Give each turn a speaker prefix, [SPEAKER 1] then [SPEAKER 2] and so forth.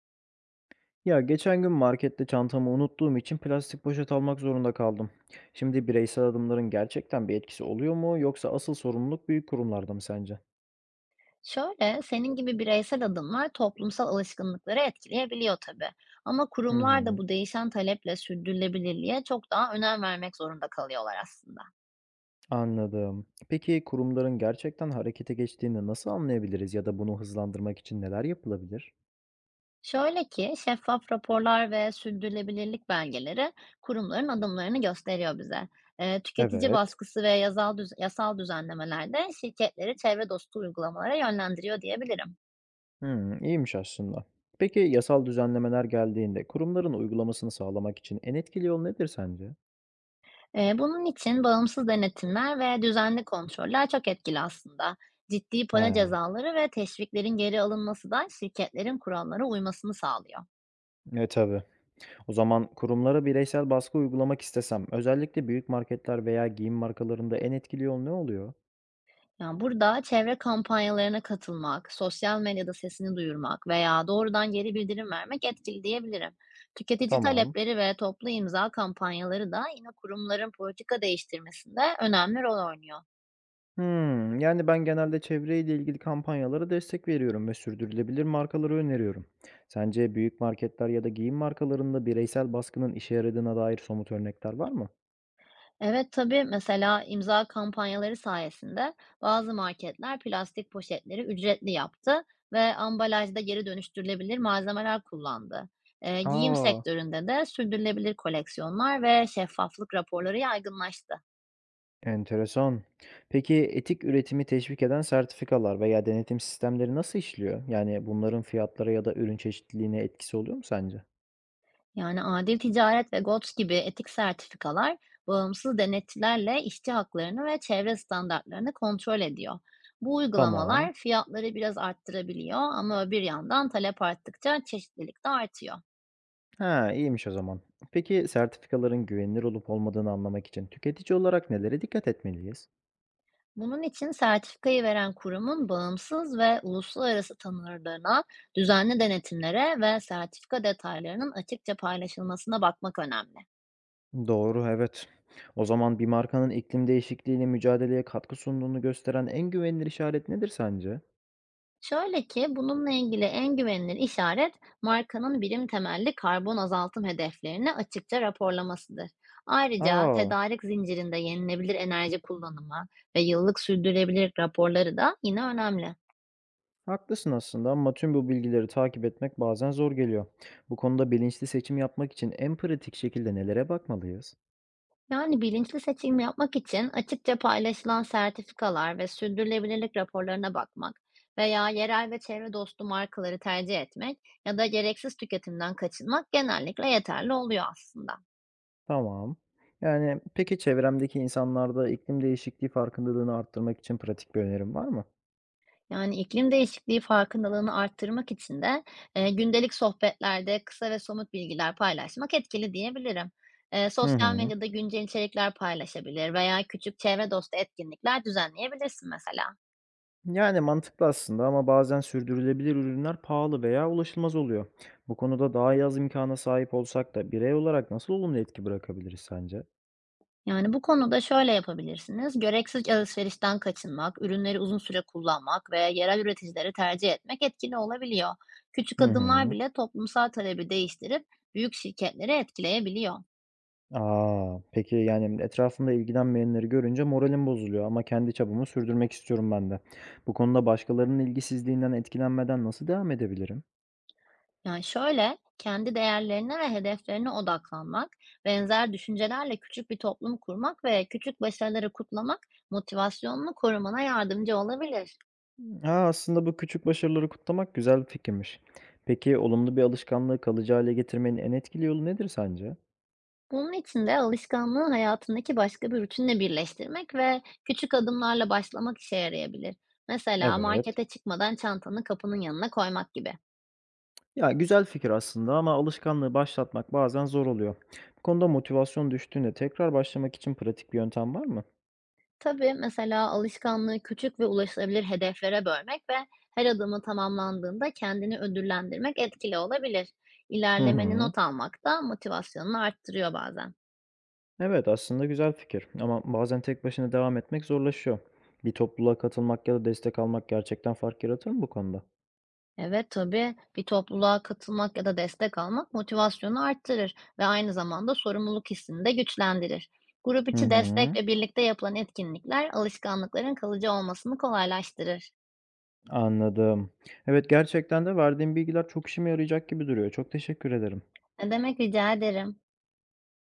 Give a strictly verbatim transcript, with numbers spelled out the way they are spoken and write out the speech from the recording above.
[SPEAKER 1] Ya geçen gün markette çantamı unuttuğum için plastik poşet almak zorunda kaldım. Şimdi bireysel adımların gerçekten bir etkisi oluyor mu yoksa asıl sorumluluk büyük kurumlarda mı sence?
[SPEAKER 2] Şöyle, senin gibi bireysel adımlar toplumsal alışkanlıkları etkileyebiliyor tabii. Ama
[SPEAKER 1] Hı
[SPEAKER 2] kurumlar da
[SPEAKER 1] hı,
[SPEAKER 2] bu değişen taleple sürdürülebilirliğe çok daha önem vermek zorunda kalıyorlar aslında.
[SPEAKER 1] anladım. Peki kurumların gerçekten harekete geçtiğini nasıl anlayabiliriz ya da bunu hızlandırmak için neler yapılabilir?
[SPEAKER 2] Şöyle ki, şeffaf raporlar ve sürdürülebilirlik belgeleri kurumların adımlarını gösteriyor bize. Eee, tüketici
[SPEAKER 1] Evet.
[SPEAKER 2] baskısı ve yasal, düz- yasal düzenlemeler de şirketleri çevre dostu uygulamalara yönlendiriyor diyebilirim.
[SPEAKER 1] Hı, iyiymiş aslında. Peki yasal düzenlemeler geldiğinde kurumların uygulamasını sağlamak için en etkili yol nedir sence?
[SPEAKER 2] Eee, bunun için bağımsız denetimler ve düzenli kontroller çok etkili aslında. Ciddi para
[SPEAKER 1] He,
[SPEAKER 2] cezaları ve teşviklerin geri alınması da şirketlerin kurallara uymasını sağlıyor.
[SPEAKER 1] e tabii. O zaman kurumlara bireysel baskı uygulamak istesem, özellikle büyük marketler veya giyim markalarında en etkili yol ne oluyor?
[SPEAKER 2] Yani burada çevre kampanyalarına katılmak, sosyal medyada sesini duyurmak veya doğrudan geri bildirim vermek etkili diyebilirim. Tüketici
[SPEAKER 1] Tamam.
[SPEAKER 2] talepleri ve toplu imza kampanyaları da yine kurumların politika değiştirmesinde önemli rol oynuyor.
[SPEAKER 1] Hmm, yani ben genelde çevreyle ilgili kampanyalara destek veriyorum ve sürdürülebilir markaları öneriyorum. Sence büyük marketler ya da giyim markalarında bireysel baskının işe yaradığına dair somut örnekler var mı?
[SPEAKER 2] Evet tabii, mesela imza kampanyaları sayesinde bazı marketler plastik poşetleri ücretli yaptı ve ambalajda geri dönüştürülebilir malzemeler kullandı. Eee, giyim
[SPEAKER 1] Aa,
[SPEAKER 2] sektöründe de sürdürülebilir koleksiyonlar ve şeffaflık raporları yaygınlaştı.
[SPEAKER 1] enteresan. Peki etik üretimi teşvik eden sertifikalar veya denetim sistemleri nasıl işliyor? Yani bunların fiyatlara ya da ürün çeşitliliğine etkisi oluyor mu sence?
[SPEAKER 2] Yani adil ticaret ve G O T S gibi etik sertifikalar bağımsız denetçilerle işçi haklarını ve çevre standartlarını kontrol ediyor. Bu
[SPEAKER 1] Tamam.
[SPEAKER 2] uygulamalar fiyatları biraz arttırabiliyor ama bir yandan talep arttıkça çeşitlilik de artıyor.
[SPEAKER 1] Ha, iyiymiş o zaman. Peki sertifikaların güvenilir olup olmadığını anlamak için tüketici olarak nelere dikkat etmeliyiz?
[SPEAKER 2] Bunun için sertifikayı veren kurumun bağımsız ve uluslararası tanınırlığına, düzenli denetimlere ve sertifika detaylarının açıkça paylaşılmasına bakmak önemli.
[SPEAKER 1] Doğru, evet. O zaman bir markanın iklim değişikliğiyle mücadeleye katkı sunduğunu gösteren en güvenilir işaret nedir sence?
[SPEAKER 2] Şöyle ki, bununla ilgili en güvenilir işaret markanın birim temelli karbon azaltım hedeflerini açıkça raporlamasıdır. Ayrıca
[SPEAKER 1] Aa,
[SPEAKER 2] tedarik zincirinde yenilebilir enerji kullanımı ve yıllık sürdürülebilirlik raporları da yine önemli.
[SPEAKER 1] haklısın aslında ama tüm bu bilgileri takip etmek bazen zor geliyor. Bu konuda bilinçli seçim yapmak için en pratik şekilde nelere bakmalıyız?
[SPEAKER 2] Yani bilinçli seçim yapmak için açıkça paylaşılan sertifikalar ve sürdürülebilirlik raporlarına bakmak veya yerel ve çevre dostu markaları tercih etmek ya da gereksiz tüketimden kaçınmak genellikle yeterli oluyor aslında.
[SPEAKER 1] Tamam. Yani peki çevremdeki insanlarda iklim değişikliği farkındalığını arttırmak için pratik bir önerim var mı?
[SPEAKER 2] Yani iklim değişikliği farkındalığını arttırmak için de e, gündelik sohbetlerde kısa ve somut bilgiler paylaşmak etkili diyebilirim. E,
[SPEAKER 1] Hı
[SPEAKER 2] sosyal
[SPEAKER 1] hı.
[SPEAKER 2] medyada güncel içerikler paylaşabilir veya küçük çevre dostu etkinlikler düzenleyebilirsin mesela.
[SPEAKER 1] Yani mantıklı aslında ama bazen sürdürülebilir ürünler pahalı veya ulaşılmaz oluyor. Bu konuda daha iyi az imkana sahip olsak da birey olarak nasıl olumlu etki bırakabiliriz sence?
[SPEAKER 2] Yani bu konuda şöyle yapabilirsiniz. Gereksiz alışverişten kaçınmak, ürünleri uzun süre kullanmak ve yerel üreticileri tercih etmek etkili olabiliyor. Küçük
[SPEAKER 1] Hı
[SPEAKER 2] adımlar
[SPEAKER 1] hı.
[SPEAKER 2] bile toplumsal talebi değiştirip büyük şirketleri etkileyebiliyor.
[SPEAKER 1] Aa, peki yani etrafımda ilgilenmeyenleri görünce moralim bozuluyor ama kendi çabamı sürdürmek istiyorum ben de. Bu konuda başkalarının ilgisizliğinden etkilenmeden nasıl devam edebilirim?
[SPEAKER 2] Yani şöyle, kendi değerlerine ve hedeflerine odaklanmak, benzer düşüncelerle küçük bir toplum kurmak ve küçük başarıları kutlamak motivasyonunu korumana yardımcı olabilir.
[SPEAKER 1] Aa, aslında bu küçük başarıları kutlamak güzel bir fikirmiş. Peki olumlu bir alışkanlığı kalıcı hale getirmenin en etkili yolu nedir sence?
[SPEAKER 2] Bunun için de alışkanlığı hayatındaki başka bir rutinle birleştirmek ve küçük adımlarla başlamak işe yarayabilir. Mesela
[SPEAKER 1] Evet.
[SPEAKER 2] markete çıkmadan çantanı kapının yanına koymak gibi.
[SPEAKER 1] Ya, güzel fikir aslında ama alışkanlığı başlatmak bazen zor oluyor. Bu konuda motivasyon düştüğünde tekrar başlamak için pratik bir yöntem var mı?
[SPEAKER 2] Tabii, mesela alışkanlığı küçük ve ulaşılabilir hedeflere bölmek ve her adımı tamamlandığında kendini ödüllendirmek etkili olabilir.
[SPEAKER 1] Hı
[SPEAKER 2] İlerlemeni
[SPEAKER 1] hı.
[SPEAKER 2] not almak da motivasyonunu arttırıyor bazen.
[SPEAKER 1] Evet, aslında güzel fikir ama bazen tek başına devam etmek zorlaşıyor. Bir topluluğa katılmak ya da destek almak gerçekten fark yaratır mı bu konuda?
[SPEAKER 2] Evet tabii, bir topluluğa katılmak ya da destek almak motivasyonu arttırır ve aynı zamanda sorumluluk hissini de güçlendirir. Grup
[SPEAKER 1] Hı
[SPEAKER 2] içi destek
[SPEAKER 1] hı.
[SPEAKER 2] ve birlikte yapılan etkinlikler alışkanlıkların kalıcı olmasını kolaylaştırır.
[SPEAKER 1] Anladım. Evet, gerçekten de verdiğim bilgiler çok işime yarayacak gibi duruyor. Çok teşekkür ederim.
[SPEAKER 2] Ne demek, rica ederim.